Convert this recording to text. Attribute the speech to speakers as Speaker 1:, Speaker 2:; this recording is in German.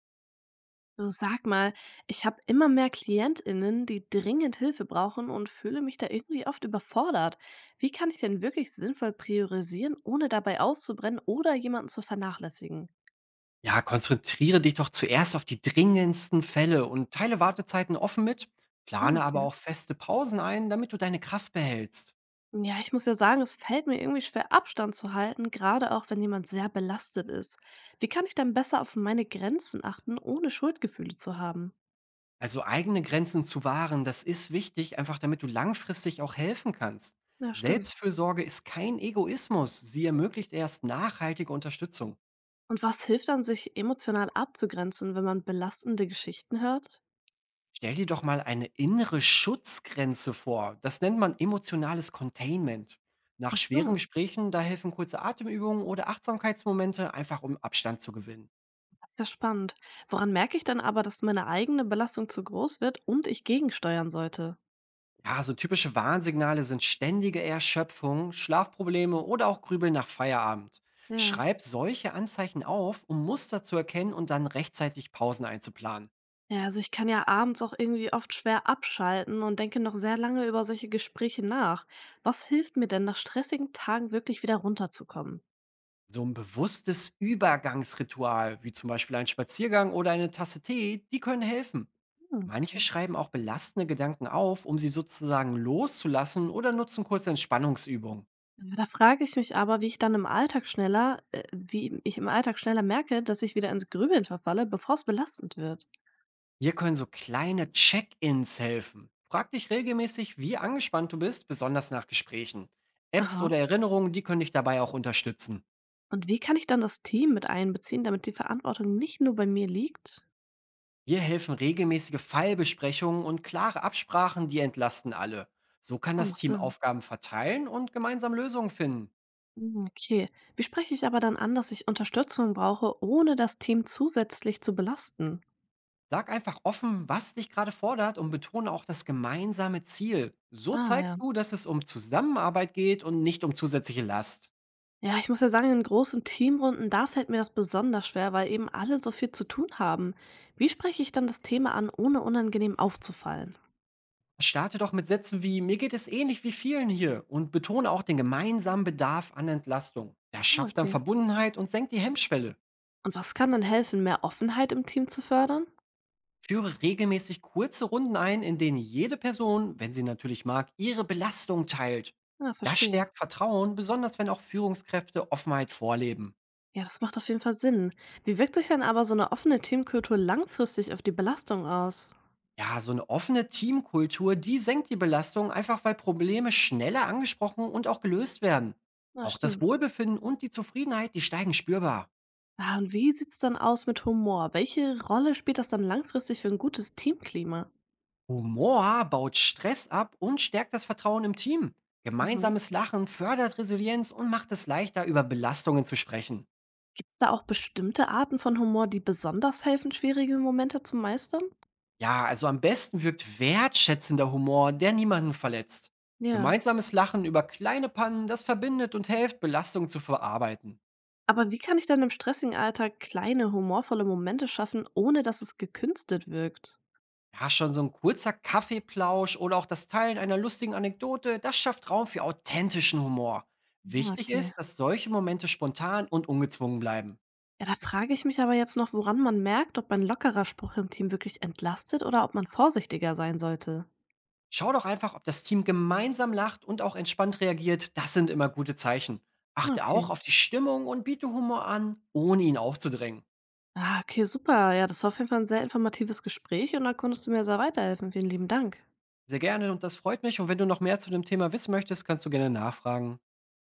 Speaker 1: Du, sag mal, ich habe immer mehr KlientInnen, die dringend Hilfe brauchen und fühle mich da irgendwie oft überfordert. Wie kann ich denn wirklich sinnvoll priorisieren, ohne dabei auszubrennen oder jemanden zu vernachlässigen?
Speaker 2: Ja, konzentriere dich doch zuerst auf die dringendsten Fälle und teile Wartezeiten offen mit,
Speaker 1: Ah,
Speaker 2: plane aber
Speaker 1: okay.
Speaker 2: auch feste Pausen ein, damit du deine Kraft behältst.
Speaker 1: Ja, ich muss ja sagen, es fällt mir irgendwie schwer, Abstand zu halten, gerade auch wenn jemand sehr belastet ist. Wie kann ich dann besser auf meine Grenzen achten, ohne Schuldgefühle zu haben?
Speaker 2: Also eigene Grenzen zu wahren, das ist wichtig, einfach damit du langfristig auch helfen kannst.
Speaker 1: Ja, stimmt.
Speaker 2: Selbstfürsorge ist kein Egoismus, sie ermöglicht erst nachhaltige Unterstützung.
Speaker 1: Und was hilft dann, sich emotional abzugrenzen, wenn man belastende Geschichten hört?
Speaker 2: Stell dir doch mal eine innere Schutzgrenze vor, das nennt man emotionales Containment. Nach
Speaker 1: Ach so.
Speaker 2: schweren Gesprächen, da helfen kurze Atemübungen oder Achtsamkeitsmomente, einfach um Abstand zu gewinnen.
Speaker 1: Ist ja spannend. Woran merke ich dann aber, dass meine eigene Belastung zu groß wird und ich gegensteuern sollte?
Speaker 2: Ja, so typische Warnsignale sind ständige Erschöpfung, Schlafprobleme oder auch Grübeln nach Feierabend.
Speaker 1: Ja.
Speaker 2: Schreibt solche Anzeichen auf, um Muster zu erkennen und dann rechtzeitig Pausen einzuplanen.
Speaker 1: Ja, also ich kann ja abends auch irgendwie oft schwer abschalten und denke noch sehr lange über solche Gespräche nach. Was hilft mir denn, nach stressigen Tagen wirklich wieder runterzukommen?
Speaker 2: So ein bewusstes Übergangsritual, wie zum Beispiel ein Spaziergang oder eine Tasse Tee, die können helfen.
Speaker 1: Hm,
Speaker 2: Manche
Speaker 1: okay.
Speaker 2: schreiben auch belastende Gedanken auf, um sie sozusagen loszulassen oder nutzen kurze Entspannungsübungen.
Speaker 1: Ja, da frage ich mich aber, wie ich im Alltag schneller merke, dass ich wieder ins Grübeln verfalle, bevor es belastend wird.
Speaker 2: Hier können so kleine Check-ins helfen. Frag dich regelmäßig, wie angespannt du bist, besonders nach Gesprächen. Apps
Speaker 1: Aha.
Speaker 2: oder Erinnerungen, die können dich dabei auch unterstützen.
Speaker 1: Und wie kann ich dann das Team mit einbeziehen, damit die Verantwortung nicht nur bei mir liegt?
Speaker 2: Hier helfen regelmäßige Fallbesprechungen und klare Absprachen, die entlasten alle. So kann
Speaker 1: Ah,
Speaker 2: das
Speaker 1: macht
Speaker 2: Team
Speaker 1: Sinn.
Speaker 2: Aufgaben verteilen und gemeinsam Lösungen finden.
Speaker 1: Hm, okay. Wie spreche ich aber dann an, dass ich Unterstützung brauche, ohne das Team zusätzlich zu belasten?
Speaker 2: Sag einfach offen, was dich gerade fordert und betone auch das gemeinsame Ziel. So
Speaker 1: Ah,
Speaker 2: zeigst
Speaker 1: ja.
Speaker 2: du, dass es um Zusammenarbeit geht und nicht um zusätzliche Last.
Speaker 1: Ja, ich muss ja sagen, in großen Teamrunden, da fällt mir das besonders schwer, weil eben alle so viel zu tun haben. Wie spreche ich dann das Thema an, ohne unangenehm aufzufallen?
Speaker 2: Starte doch mit Sätzen wie „Mir geht es ähnlich wie vielen hier“ und betone auch den gemeinsamen Bedarf an Entlastung. Das
Speaker 1: Hm,
Speaker 2: schafft dann
Speaker 1: okay.
Speaker 2: Verbundenheit und senkt die Hemmschwelle.
Speaker 1: Und was kann dann helfen, mehr Offenheit im Team zu fördern?
Speaker 2: Führe regelmäßig kurze Runden ein, in denen jede Person, wenn sie natürlich mag, ihre Belastung teilt.
Speaker 1: Ja,
Speaker 2: Das
Speaker 1: verstehe.
Speaker 2: stärkt Vertrauen, besonders wenn auch Führungskräfte Offenheit vorleben.
Speaker 1: Ja, das macht auf jeden Fall Sinn. Wie wirkt sich dann aber so eine offene Teamkultur langfristig auf die Belastung aus?
Speaker 2: Ja, so eine offene Teamkultur, die senkt die Belastung, einfach weil Probleme schneller angesprochen und auch gelöst werden.
Speaker 1: Na,
Speaker 2: Auch das
Speaker 1: stimmt.
Speaker 2: Wohlbefinden und die Zufriedenheit, die steigen spürbar.
Speaker 1: Ah, und wie sieht's dann aus mit Humor? Welche Rolle spielt das dann langfristig für ein gutes Teamklima?
Speaker 2: Humor baut Stress ab und stärkt das Vertrauen im Team.
Speaker 1: Mhm.
Speaker 2: Gemeinsames Lachen fördert Resilienz und macht es leichter, über Belastungen zu sprechen.
Speaker 1: Gibt's da auch bestimmte Arten von Humor, die besonders helfen, schwierige Momente zu meistern?
Speaker 2: Ja, also am besten wirkt wertschätzender Humor, der niemanden verletzt.
Speaker 1: Ja.
Speaker 2: Gemeinsames Lachen über kleine Pannen, das verbindet und hilft, Belastungen zu verarbeiten.
Speaker 1: Aber wie kann ich dann im stressigen Alltag kleine humorvolle Momente schaffen, ohne dass es gekünstelt wirkt?
Speaker 2: Ja, schon so ein kurzer Kaffeeplausch oder auch das Teilen einer lustigen Anekdote, das schafft Raum für authentischen Humor.
Speaker 1: Ah,
Speaker 2: Wichtig
Speaker 1: okay.
Speaker 2: ist, dass solche Momente spontan und ungezwungen bleiben.
Speaker 1: Ja, da frage ich mich aber jetzt noch, woran man merkt, ob ein lockerer Spruch im Team wirklich entlastet oder ob man vorsichtiger sein sollte.
Speaker 2: Schau doch einfach, ob das Team gemeinsam lacht und auch entspannt reagiert. Das sind immer gute Zeichen. Achte auch
Speaker 1: Okay.
Speaker 2: auf die Stimmung und biete Humor an, ohne ihn aufzudrängen.
Speaker 1: Ah, okay, super. Ja, das war auf jeden Fall ein sehr informatives Gespräch und da konntest du mir sehr weiterhelfen. Vielen lieben Dank.
Speaker 2: Sehr gerne und das freut mich. Und wenn du noch mehr zu dem Thema wissen möchtest, kannst du gerne nachfragen.